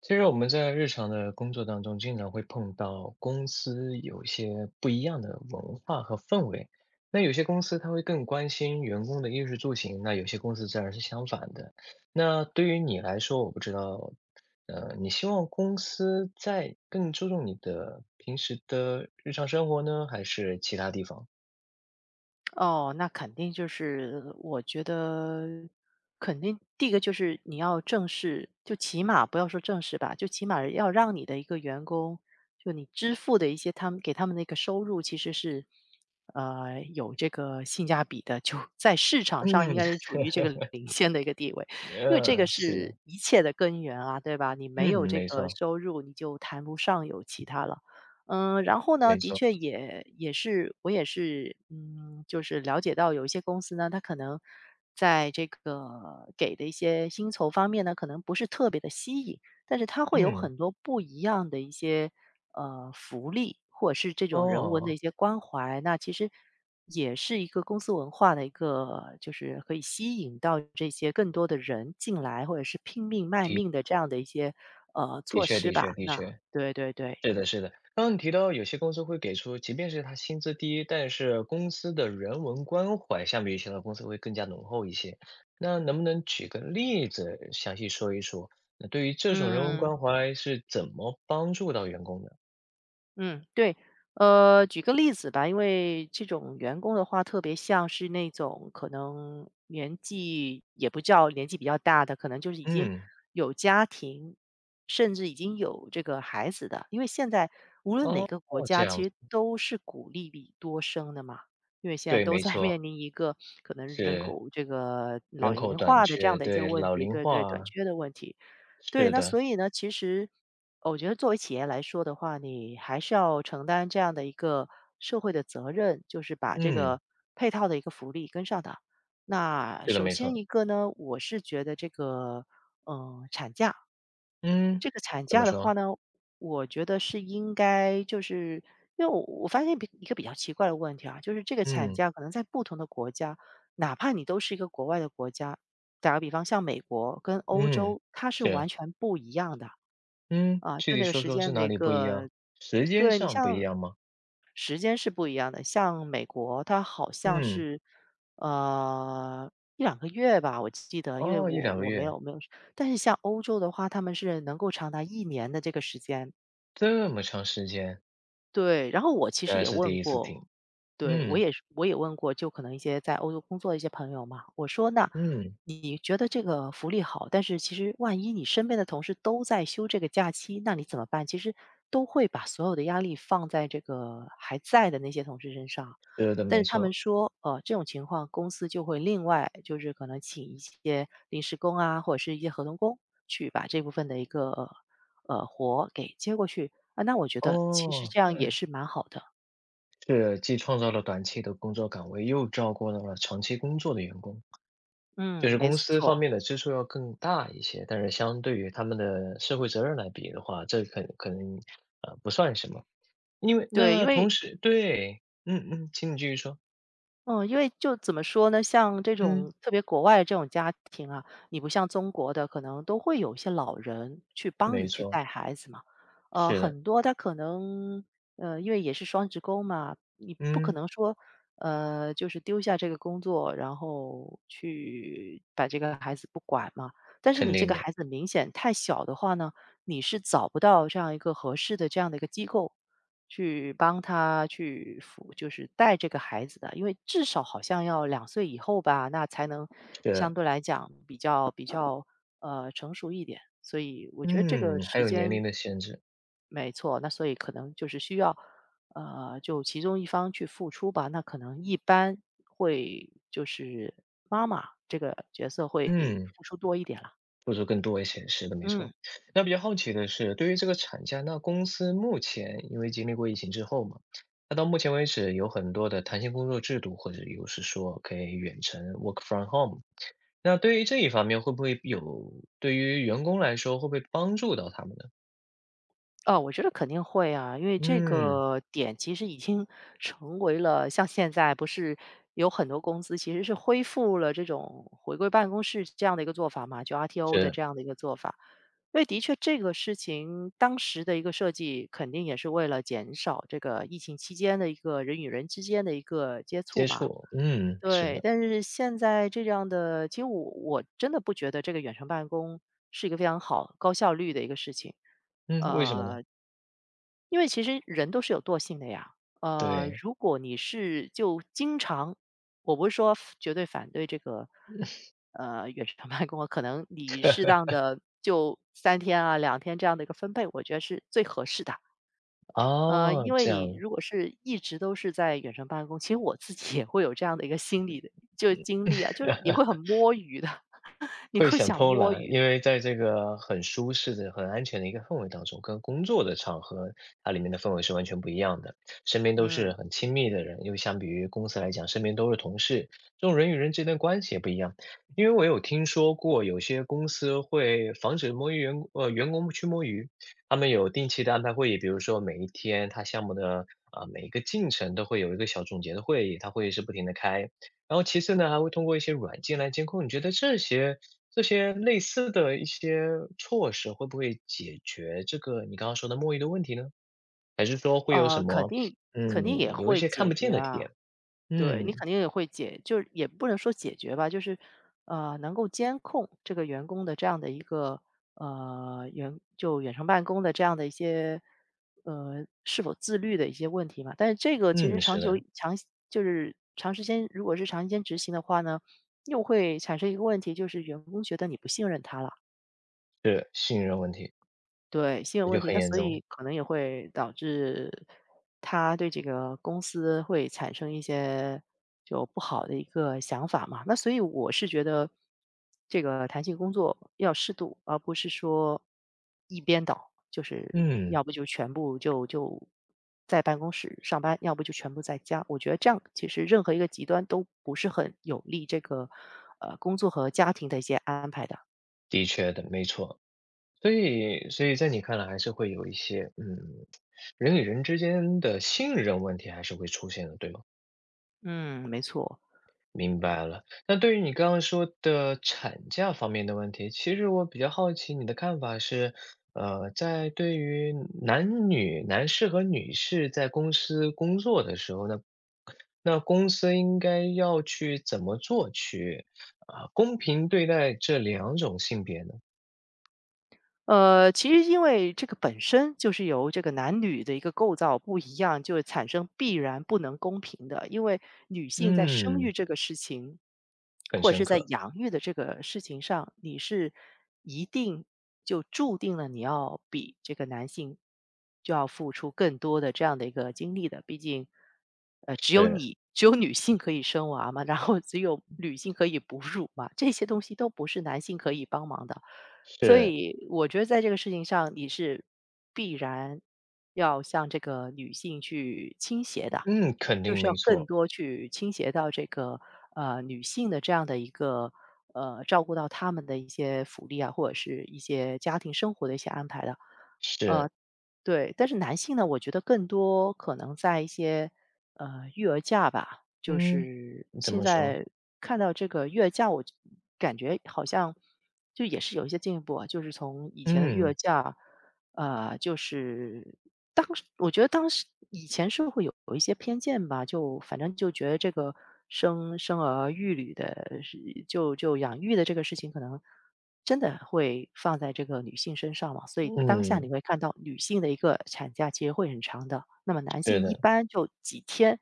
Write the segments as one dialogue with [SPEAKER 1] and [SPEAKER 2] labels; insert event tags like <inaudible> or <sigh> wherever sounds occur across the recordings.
[SPEAKER 1] 其实我们在日常的工作当中，经常会碰到公司有一些不一样的文化和氛围。那有些公司它会更关心员工的衣食住行，那有些公司自然是相反的。那对于你来说，我不知道，你希望公司在更注重你的平时的日常生活呢，还是其他地方？
[SPEAKER 2] 哦，那肯定就是我觉得肯定第一个就是你要正视，就起码不要说正视吧，就起码要让你的一个员工，就你支付的一些他们给他们的一个收入，其实是有这个性价比的，就在市场上应
[SPEAKER 1] 嗯，
[SPEAKER 2] 该是处于这个领先的一个地位，
[SPEAKER 1] <laughs>
[SPEAKER 2] 因为这个
[SPEAKER 1] 是
[SPEAKER 2] 是
[SPEAKER 1] 的，
[SPEAKER 2] 一切的根源啊，对吧？你没
[SPEAKER 1] 嗯，
[SPEAKER 2] 有这
[SPEAKER 1] 没
[SPEAKER 2] 个
[SPEAKER 1] 错，
[SPEAKER 2] 收入，你就谈不上有其他了。嗯，然后呢，
[SPEAKER 1] 没
[SPEAKER 2] 的
[SPEAKER 1] 错，
[SPEAKER 2] 确也是我也是，就是了解到有一些公司呢，它可能在这个给的一些薪酬方面呢，可能不是特别的吸引，但是它会有
[SPEAKER 1] 嗯，
[SPEAKER 2] 很多不一样的一些福利，或者是这种人文的一
[SPEAKER 1] 哦，
[SPEAKER 2] 些关怀。那其实也是一个公司文化的一个，就是可以吸引到这些更多的人进来，或者是拼命卖命的
[SPEAKER 1] 的
[SPEAKER 2] 这样的一些
[SPEAKER 1] 的
[SPEAKER 2] 措
[SPEAKER 1] 确，
[SPEAKER 2] 施
[SPEAKER 1] 的
[SPEAKER 2] 吧。
[SPEAKER 1] 确，的
[SPEAKER 2] 那
[SPEAKER 1] 确。
[SPEAKER 2] 对对对，
[SPEAKER 1] 是的，是的。刚刚你提到有些公司会给出，即便是他薪资低，但是公司的人文关怀相比于其他公司会更加浓厚一些。那能不能举个例子，详细说一说？那对于这种人文
[SPEAKER 2] 嗯。
[SPEAKER 1] 关怀是怎么帮助到员工的？
[SPEAKER 2] 嗯，对，举个例子吧，因为这种员工的话，特别像是那种可能年纪也不叫年纪比较大的，可能就是已经
[SPEAKER 1] 嗯，
[SPEAKER 2] 有家庭，甚至已经有这个孩子的。因为现在无论哪
[SPEAKER 1] 哦，
[SPEAKER 2] 个国
[SPEAKER 1] 这
[SPEAKER 2] 家，
[SPEAKER 1] 样
[SPEAKER 2] 其
[SPEAKER 1] 子，
[SPEAKER 2] 实都是鼓励你多生的嘛，因为现在
[SPEAKER 1] 对，
[SPEAKER 2] 都
[SPEAKER 1] 没
[SPEAKER 2] 在 <laughs> 面
[SPEAKER 1] 错，
[SPEAKER 2] 临一个可能人
[SPEAKER 1] 是
[SPEAKER 2] 口这个老
[SPEAKER 1] 人口
[SPEAKER 2] 龄
[SPEAKER 1] 短
[SPEAKER 2] 化的这样
[SPEAKER 1] 缺，
[SPEAKER 2] 的一些
[SPEAKER 1] 对，
[SPEAKER 2] 问
[SPEAKER 1] 老
[SPEAKER 2] 题，
[SPEAKER 1] 龄
[SPEAKER 2] 对对，短
[SPEAKER 1] 化，
[SPEAKER 2] 缺的问题。对，
[SPEAKER 1] 是
[SPEAKER 2] 那
[SPEAKER 1] 的，
[SPEAKER 2] 所以呢，其实我觉得作为企业来说的话，你还是要承担这样的一个社会的责任，就是把这
[SPEAKER 1] 嗯，
[SPEAKER 2] 个配套的一个福利跟上的。那
[SPEAKER 1] 对的，
[SPEAKER 2] 首
[SPEAKER 1] 没
[SPEAKER 2] 先
[SPEAKER 1] 错，
[SPEAKER 2] 一个呢，我是觉得这个，嗯、产假。
[SPEAKER 1] 嗯，
[SPEAKER 2] 这个产
[SPEAKER 1] 怎
[SPEAKER 2] 假
[SPEAKER 1] 么
[SPEAKER 2] 的话
[SPEAKER 1] 说？
[SPEAKER 2] 呢，我觉得是应该就是因为我发现比一个比较奇怪的问题啊，就是这个产
[SPEAKER 1] 嗯
[SPEAKER 2] 假可能在不同的国家，哪怕你都是一个国外的国家，打个比方，像美国跟欧
[SPEAKER 1] 嗯，
[SPEAKER 2] 洲，它是完
[SPEAKER 1] 是。
[SPEAKER 2] 全不一样的
[SPEAKER 1] 嗯，
[SPEAKER 2] 啊，
[SPEAKER 1] 具
[SPEAKER 2] 就
[SPEAKER 1] 体
[SPEAKER 2] 那个
[SPEAKER 1] 说
[SPEAKER 2] 时
[SPEAKER 1] 说是
[SPEAKER 2] 间的
[SPEAKER 1] 哪
[SPEAKER 2] 一
[SPEAKER 1] 里不一
[SPEAKER 2] 个，
[SPEAKER 1] 样？时间
[SPEAKER 2] 对你
[SPEAKER 1] 上不一
[SPEAKER 2] 像
[SPEAKER 1] 样吗？
[SPEAKER 2] 时间是不一样的，像美国，它好像
[SPEAKER 1] 嗯，
[SPEAKER 2] 是，呃1、2个月吧，我记得，因为
[SPEAKER 1] 哦，一
[SPEAKER 2] 我
[SPEAKER 1] 两个
[SPEAKER 2] 我没
[SPEAKER 1] 月，
[SPEAKER 2] 有没有但是像欧洲的话，他们是能够长达一年的这个时间，
[SPEAKER 1] 这么长时间，
[SPEAKER 2] 对，然后我其
[SPEAKER 1] 这
[SPEAKER 2] 实
[SPEAKER 1] 还
[SPEAKER 2] 也
[SPEAKER 1] 是
[SPEAKER 2] 问
[SPEAKER 1] 第一次
[SPEAKER 2] 过
[SPEAKER 1] 听。
[SPEAKER 2] 对，我
[SPEAKER 1] 嗯
[SPEAKER 2] 也是我也问过，就可能一些在欧洲工作的一些朋友嘛，我说那
[SPEAKER 1] 嗯，
[SPEAKER 2] 你觉得这个福利好，但是其实万一你身边的同事都在休这个假期，那你怎么办？其实都会把所有的压力放在这个还在的那些同事身上，
[SPEAKER 1] 是的，
[SPEAKER 2] 但
[SPEAKER 1] 没
[SPEAKER 2] 是他们
[SPEAKER 1] 错。
[SPEAKER 2] 说，这种情况公司就会另外就是可能请一些临时工啊，或者是一些合同工去把这部分的一个活给接过去啊，那我觉得其实
[SPEAKER 1] 哦，
[SPEAKER 2] 这样也是蛮好的，
[SPEAKER 1] 是既创造了短期的工作岗位，又照顾到了长期工作的员工，就
[SPEAKER 2] 嗯，
[SPEAKER 1] 是
[SPEAKER 2] 没
[SPEAKER 1] 公司方
[SPEAKER 2] 错。
[SPEAKER 1] 面的支出要更大一些，但是相对于他们的社会责任来比的话，这可能不算什么，因为
[SPEAKER 2] 对，因
[SPEAKER 1] 那同
[SPEAKER 2] 为
[SPEAKER 1] 时对，嗯嗯，请你继续说，
[SPEAKER 2] 嗯，因为就怎么说呢，像这
[SPEAKER 1] 嗯，
[SPEAKER 2] 种特别国外的这种家庭啊，你不像中国的，可能都会有一些老人去帮
[SPEAKER 1] 没
[SPEAKER 2] 你去
[SPEAKER 1] 错，
[SPEAKER 2] 带孩子嘛。
[SPEAKER 1] 是的。
[SPEAKER 2] 很多他可能因为也是双职工嘛，你不可
[SPEAKER 1] 嗯，
[SPEAKER 2] 能说就是丢下这个工作，然后去把这个孩子不管嘛。但是
[SPEAKER 1] 肯
[SPEAKER 2] 你这
[SPEAKER 1] 定
[SPEAKER 2] 个
[SPEAKER 1] 的，
[SPEAKER 2] 孩子明显太小的话呢，你是找不到这样一个合适的这样的一个机构。去帮他去辅，就是带这个孩子的，因为至少好像要2岁以后吧，那才能相
[SPEAKER 1] 是，
[SPEAKER 2] 对来讲比较，成熟一点。所以我觉得这个
[SPEAKER 1] 嗯，还
[SPEAKER 2] 时
[SPEAKER 1] 有年
[SPEAKER 2] 间
[SPEAKER 1] 龄的限制，
[SPEAKER 2] 没错，那所以可能就是需要，就其中一方去付出吧，那可能一般会就是妈妈这个角色会
[SPEAKER 1] 嗯，
[SPEAKER 2] 付出多一点了，
[SPEAKER 1] 付出更多一些，是的，没
[SPEAKER 2] 嗯。
[SPEAKER 1] 错。那比较好奇的是，对于这个产假，那公司目前因为经历过疫情之后嘛，那到目前为止有很多的弹性工作制度，或者又是说可以远程 work from home，那对于这一方面会不会有，对于员工来说会不会帮助到他们呢？
[SPEAKER 2] 哦，我觉得肯定会啊，因为这
[SPEAKER 1] 嗯，
[SPEAKER 2] 个点其实已经成为了像现在不是有很多公司其实是恢复了这种回归办公室这样的一个做法嘛，就 RTO 的
[SPEAKER 1] 是，
[SPEAKER 2] 这样的一个做法。因为的确这个事情当时的一个设计，肯定也是为了减少这个疫情期间的一个人与人之间的一个接触
[SPEAKER 1] 接
[SPEAKER 2] 嘛。
[SPEAKER 1] 触，嗯，是
[SPEAKER 2] 对，
[SPEAKER 1] 的，
[SPEAKER 2] 但是现在这样的，其实我真的不觉得这个远程办公是一个非常好、高效率的一个事情。
[SPEAKER 1] 嗯，为什么呢？
[SPEAKER 2] 呃，因为其实人都是有惰性的呀。
[SPEAKER 1] 对，
[SPEAKER 2] 如果你是就经常，我不是说绝对反对这个，远程办公啊，可能你适当的就3天啊、2天这样的一个分配，我觉得是最合适的。因
[SPEAKER 1] 哦，
[SPEAKER 2] 为
[SPEAKER 1] 这
[SPEAKER 2] 你
[SPEAKER 1] 样。
[SPEAKER 2] 如果是一直都是在远程办公，其实我自己也会有这样的一个心理的，就经历啊，就是你
[SPEAKER 1] <laughs>
[SPEAKER 2] 会很摸鱼的，<laughs> 你
[SPEAKER 1] 会
[SPEAKER 2] 会
[SPEAKER 1] 想
[SPEAKER 2] 想
[SPEAKER 1] 偷
[SPEAKER 2] 摸
[SPEAKER 1] 懒，
[SPEAKER 2] 鱼的
[SPEAKER 1] 因为在这个很舒适的、很安全的一个氛围当中，跟工作的场合，它里面的氛围是完全不一样的。身边都
[SPEAKER 2] 嗯，
[SPEAKER 1] 是很亲密的人，又相比于公司来讲，身边都是同事，这种人与人之间的关系也不一样。因为我有听说过，有些公司会防止摸鱼员工去摸鱼，他们有定期的安排会议，比如说每一天他项目的啊、每一个进程都会有一个小总结的会议，他会议是不停的开。然后其次呢，还会通过一些软件来监控。你觉得这些类似的一些措施，会不会解决这个你刚刚说的墨鱼的问题呢？还是说会有
[SPEAKER 2] 呃，
[SPEAKER 1] 什
[SPEAKER 2] 肯
[SPEAKER 1] 么，
[SPEAKER 2] 定肯定也
[SPEAKER 1] 嗯，有一
[SPEAKER 2] 会
[SPEAKER 1] 些看
[SPEAKER 2] 解
[SPEAKER 1] 不
[SPEAKER 2] 决
[SPEAKER 1] 见的
[SPEAKER 2] 啊。
[SPEAKER 1] 点？
[SPEAKER 2] 对，你
[SPEAKER 1] 嗯
[SPEAKER 2] 肯定也会就是也不能说解决吧，就是，能够监控这个员工的这样的一个，远程办公的这样的一些，是否自律的一些问题嘛。但是这个其实
[SPEAKER 1] 嗯，
[SPEAKER 2] 长
[SPEAKER 1] 是
[SPEAKER 2] 久
[SPEAKER 1] 的，
[SPEAKER 2] 长就是长时间如果是长时间执行的话呢，又会产生一个问题，就是员工觉得你不信任他了。
[SPEAKER 1] 是信任问题，
[SPEAKER 2] 对，信任
[SPEAKER 1] 那
[SPEAKER 2] 问
[SPEAKER 1] 就
[SPEAKER 2] 题，
[SPEAKER 1] 很
[SPEAKER 2] 那
[SPEAKER 1] 严
[SPEAKER 2] 所
[SPEAKER 1] 重。
[SPEAKER 2] 以可能也会导致他对这个公司会产生一些就不好的一个想法嘛。那所以我是觉得这个弹性工作要适度，而不是说一边倒，就是
[SPEAKER 1] 嗯，
[SPEAKER 2] 要不就全部就在办公室上班，要不就全部在家。我觉得这样其实任何一个极端都不是很有利这个工作和家庭的一些安排的。
[SPEAKER 1] 的确的，没错。所以，所以在你看来，还是会有一些，嗯，人与人之间的信任问题还是会出现的，对吗？
[SPEAKER 2] 嗯，没错。
[SPEAKER 1] 明白了。那对于你刚刚说的产假方面的问题，其实我比较好奇你的看法是，在对于男士和女士在公司工作的时候呢，那公司应该要去怎么做去啊，公平对待这两种性别呢？
[SPEAKER 2] 其实因为这个本身就是由这个男女的一个构造不一样，就产生必然不能公平的。因为女性在生育
[SPEAKER 1] 嗯，
[SPEAKER 2] 这个事情，
[SPEAKER 1] 很
[SPEAKER 2] 或者
[SPEAKER 1] 深
[SPEAKER 2] 是在
[SPEAKER 1] 刻，
[SPEAKER 2] 养育的这个事情上，你是一定就注定了你要比这个男性就要付出更多的这样的一个精力的。毕竟，
[SPEAKER 1] 是
[SPEAKER 2] 只有女性可以生娃嘛，然后只有女性可以哺乳嘛，这些东西都不是男性可以帮忙的。所
[SPEAKER 1] 是，
[SPEAKER 2] 以我觉得在这个事情上，你是必然要向这个女性去倾斜的，
[SPEAKER 1] 嗯，肯
[SPEAKER 2] 就
[SPEAKER 1] 定
[SPEAKER 2] 是
[SPEAKER 1] 没
[SPEAKER 2] 要更
[SPEAKER 1] 错，
[SPEAKER 2] 多去倾斜到这个女性的这样的一个照顾到她们的一些福利啊，或者是一些家庭生活的一些安排的。呃，
[SPEAKER 1] 是，
[SPEAKER 2] 对，但是男性呢，我觉得更多可能在一些，育儿假吧，就
[SPEAKER 1] 嗯，
[SPEAKER 2] 是
[SPEAKER 1] 怎
[SPEAKER 2] 现
[SPEAKER 1] 么说？
[SPEAKER 2] 在看到这个育儿假，我就感觉好像就也是有一些进步啊，就是从以前的育儿
[SPEAKER 1] 嗯
[SPEAKER 2] 假，就是当时我觉得当时以前是会有一些偏见吧，就反正就觉得这个生儿育女的是，就养育的这个事情，可能真的会放在这个女性身上嘛。所以当下你
[SPEAKER 1] 嗯，
[SPEAKER 2] 会看到女性的一个产假其实会很长的，那么男
[SPEAKER 1] 是
[SPEAKER 2] 性一
[SPEAKER 1] 的，
[SPEAKER 2] 般就几天，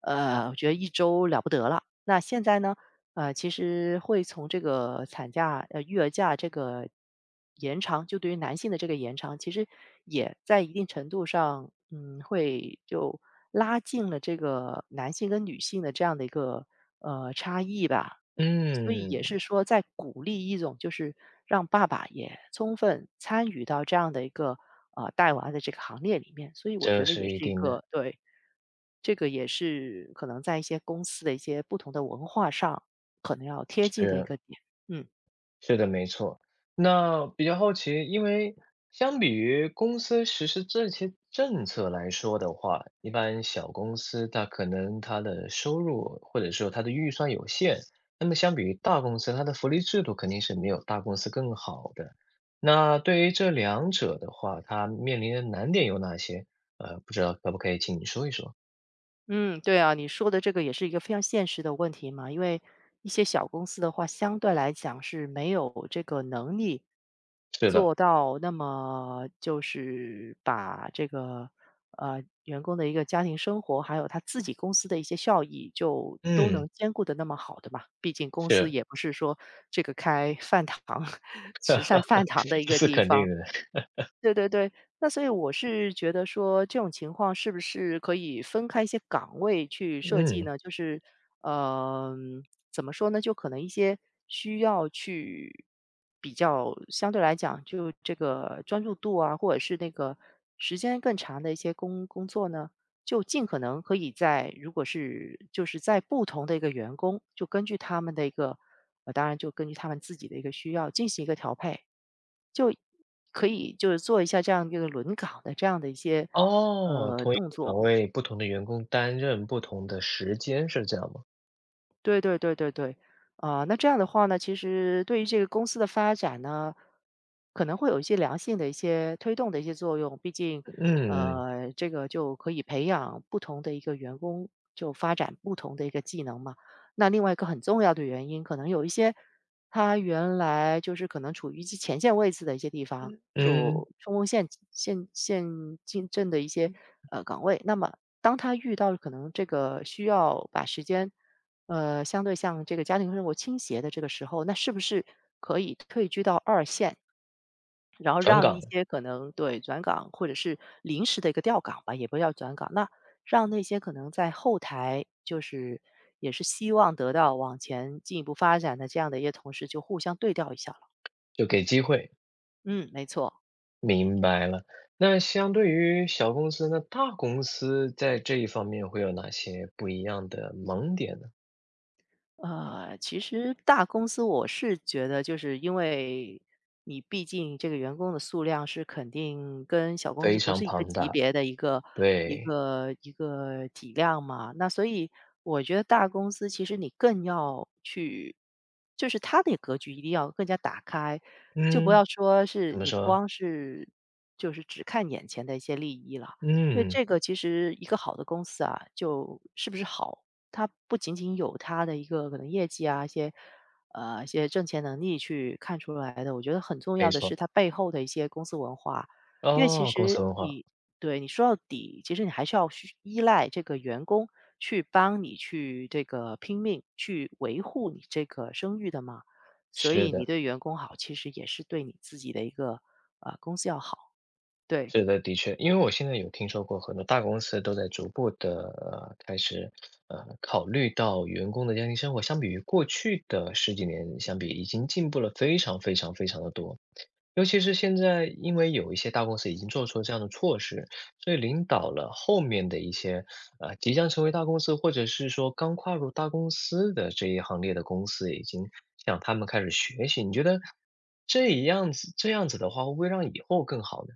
[SPEAKER 2] 我觉得一周了不得了。那现在呢？其实会从这个产假育儿假这个延长，就对于男性的这个延长，其实也在一定程度上，会就拉近了这个男性跟女性的这样的一个，差异吧。所以也
[SPEAKER 1] 嗯。
[SPEAKER 2] 是说在鼓励一种就是让爸爸也充分参与到这样的一个，带娃的这个行列里面，所以我觉
[SPEAKER 1] 这
[SPEAKER 2] 得也
[SPEAKER 1] 是一
[SPEAKER 2] 是一
[SPEAKER 1] 定的，
[SPEAKER 2] 个对，这个也是可能在一些公司的一些不同的文化上，可能要贴近的一
[SPEAKER 1] 是
[SPEAKER 2] 个点。嗯
[SPEAKER 1] 是的，没错。那比较好奇，因为相比于公司实施这些政策来说的话，一般小公司它可能它的收入或者说它的预算有限，那么相比于大公司，它的福利制度肯定是没有大公司更好的。那对于这两者的话，它面临的难点有哪些？不知道可不可以请你说一说？
[SPEAKER 2] 嗯，对啊，你说的这个也是一个非常现实的问题嘛，因为一些小公司的话，相对来讲是没有这个能力
[SPEAKER 1] 是的，
[SPEAKER 2] 做到那么就是把这个员工的一个家庭生活，还有他自己公司的一些效益，就都
[SPEAKER 1] 嗯，
[SPEAKER 2] 能兼顾的那么好的嘛。毕竟公司
[SPEAKER 1] 是，
[SPEAKER 2] 也不是说这个开饭堂、<laughs> 慈善饭堂的
[SPEAKER 1] <laughs>
[SPEAKER 2] 一
[SPEAKER 1] 这
[SPEAKER 2] 个
[SPEAKER 1] 是
[SPEAKER 2] 地
[SPEAKER 1] 肯
[SPEAKER 2] 方。
[SPEAKER 1] 定的，
[SPEAKER 2] 对对对，那所以我是觉得说，这种情况是不是可以分开一些岗位去
[SPEAKER 1] <laughs>
[SPEAKER 2] 设计
[SPEAKER 1] 嗯。
[SPEAKER 2] 呢？就是，嗯，怎么说呢？就可能一些需要去比较相对来讲，就这个专注度啊，或者是那个时间更长的一些工作呢，就尽可能可以在如果是就是在不同的一个员工，就根据他们的一个，当然就根据他们自己的一个需要进行一个调配。可以就是做一下这样一个轮岗的这样的一些，
[SPEAKER 1] 哦，同一
[SPEAKER 2] 动
[SPEAKER 1] 个岗
[SPEAKER 2] 作。
[SPEAKER 1] 位，不同的员工担任不同的时间，是这样吗？
[SPEAKER 2] 对对对对对，啊、那这样的话呢，其实对于这个公司的发展呢，可能会有一些良性的一些推动的一些作用。毕竟，
[SPEAKER 1] 嗯
[SPEAKER 2] 这个就可以培养不同的一个员工，就发展不同的一个技能嘛。那另外一个很重要的原因，可能有一些他原来就是可能处于一些前线位置的一些地方，
[SPEAKER 1] 嗯，
[SPEAKER 2] 就冲锋陷阵的一些岗位，那么当他遇到可能这个需要把时间相对像这个家庭生活倾斜的这个时候，那是不是可以退居到二线，然后
[SPEAKER 1] 转
[SPEAKER 2] 让一
[SPEAKER 1] 岗
[SPEAKER 2] 些可能对转岗或者是临时的一个调岗吧，也不叫转岗，那让那些可能在后台就是也是希望得到往前进一步发展的这样的一些同事，就互相对调一下了。
[SPEAKER 1] 就给机会，
[SPEAKER 2] 嗯，没错。
[SPEAKER 1] 明白了。那相对于小公司呢，大公司在这一方面会有哪些不一样的萌点呢？
[SPEAKER 2] 其实大公司我是觉得，就是因为你毕竟这个员工的数量是肯定跟小公司
[SPEAKER 1] 非
[SPEAKER 2] 不
[SPEAKER 1] 常
[SPEAKER 2] 是一个
[SPEAKER 1] 庞
[SPEAKER 2] 级
[SPEAKER 1] 大，
[SPEAKER 2] 别的一个一
[SPEAKER 1] 对，
[SPEAKER 2] 个一个体量嘛，那所以我觉得大公司其实你更要去，就是它的格局一定要更加打开，就不
[SPEAKER 1] 嗯，
[SPEAKER 2] 要说是
[SPEAKER 1] 怎么
[SPEAKER 2] 你
[SPEAKER 1] 说？
[SPEAKER 2] 光是就是只看眼前的一些利益了，因为
[SPEAKER 1] 嗯，
[SPEAKER 2] 这个其实一个好的公司啊，就是不是好。它不仅仅有它的一个可能业绩啊，一些一些挣钱能力去看出来的。我觉得很重
[SPEAKER 1] 没
[SPEAKER 2] 要的是
[SPEAKER 1] 错，
[SPEAKER 2] 它背后的一些公司文化，因为其
[SPEAKER 1] 哦，公
[SPEAKER 2] 实
[SPEAKER 1] 司文化，
[SPEAKER 2] 你对你说到底，其实你还是要去依赖这个员工去帮你去这个拼命去维护你这个声誉的嘛。所
[SPEAKER 1] 是
[SPEAKER 2] 以你
[SPEAKER 1] 的。
[SPEAKER 2] 对员工好，其实也是对你自己的一个公司要好，对。
[SPEAKER 1] 是的，的确，因为我现在有听说过很多大公司都在逐步的开始考虑到员工的家庭生活，相比于过去的十几年相比，已经进步了非常非常非常的多。尤其是现在，因为有一些大公司已经做出了这样的措施，所以领导了后面的一些即将成为大公司或者是说刚跨入大公司的这一行列的公司，已经向他们开始学习。你觉得这样子的话，会不会让以后更好呢？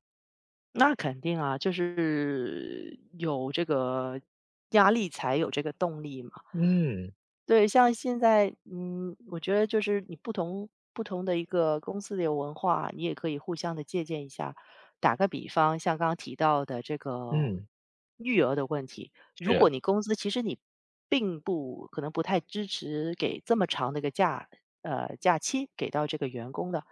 [SPEAKER 2] 那肯定啊，就是有这个压力才有这个动力嘛。
[SPEAKER 1] 嗯。
[SPEAKER 2] 对，像现在，嗯，我觉得就是你不同的一个公司的文化，你也可以互相的借鉴一下。打个比方，像刚刚提到的这个
[SPEAKER 1] 嗯，
[SPEAKER 2] 育儿的问题，如果
[SPEAKER 1] 是，
[SPEAKER 2] 你公司其实你并不可能不太支持给这么长的一个假，假期给到这个员工的，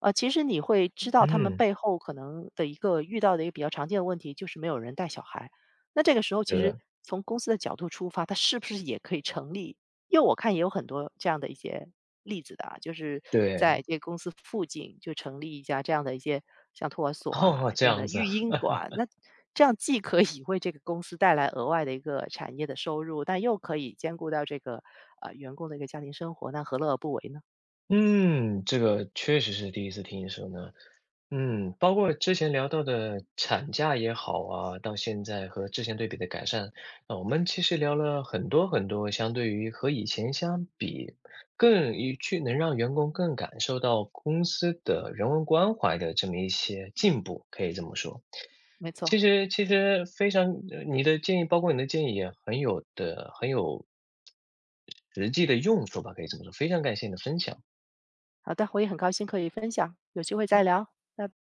[SPEAKER 2] 其实你会知道他们
[SPEAKER 1] 嗯，
[SPEAKER 2] 背后可能的一个遇到的一个比较常见的问题，就是没有人带小孩。那这个时候，其
[SPEAKER 1] 是
[SPEAKER 2] 实
[SPEAKER 1] 的，
[SPEAKER 2] 从公司的角度出发，它是不是也可以成立？因为我看也有很多这样的一些例子的啊，就是在
[SPEAKER 1] 对，
[SPEAKER 2] 这个公司附近就成立一家这样的一些像托儿所啊
[SPEAKER 1] 哦，这
[SPEAKER 2] 这样的
[SPEAKER 1] 样子，
[SPEAKER 2] 育婴馆，那这样既可以为这个公司带来额外的一个产业的收入，但又可以兼顾到这个员工的一个家庭生活，那何乐而不为呢？
[SPEAKER 1] 嗯，这个确实是第一次听说呢。嗯，包括之前聊到的产假也好啊，到现在和之前对比的改善，那我们其实聊了很多很多，相对于和以前相比，更一去能让员工更感受到公司的人文关怀的这么一些进步，可以这么说。
[SPEAKER 2] 没
[SPEAKER 1] 其
[SPEAKER 2] 错，
[SPEAKER 1] 实其实非常，你的建议，包括你的建议也很有实际的用处吧，可以这么说。非常感谢你的分享。
[SPEAKER 2] 好的，我也很高兴可以分享，有机会再聊，拜拜。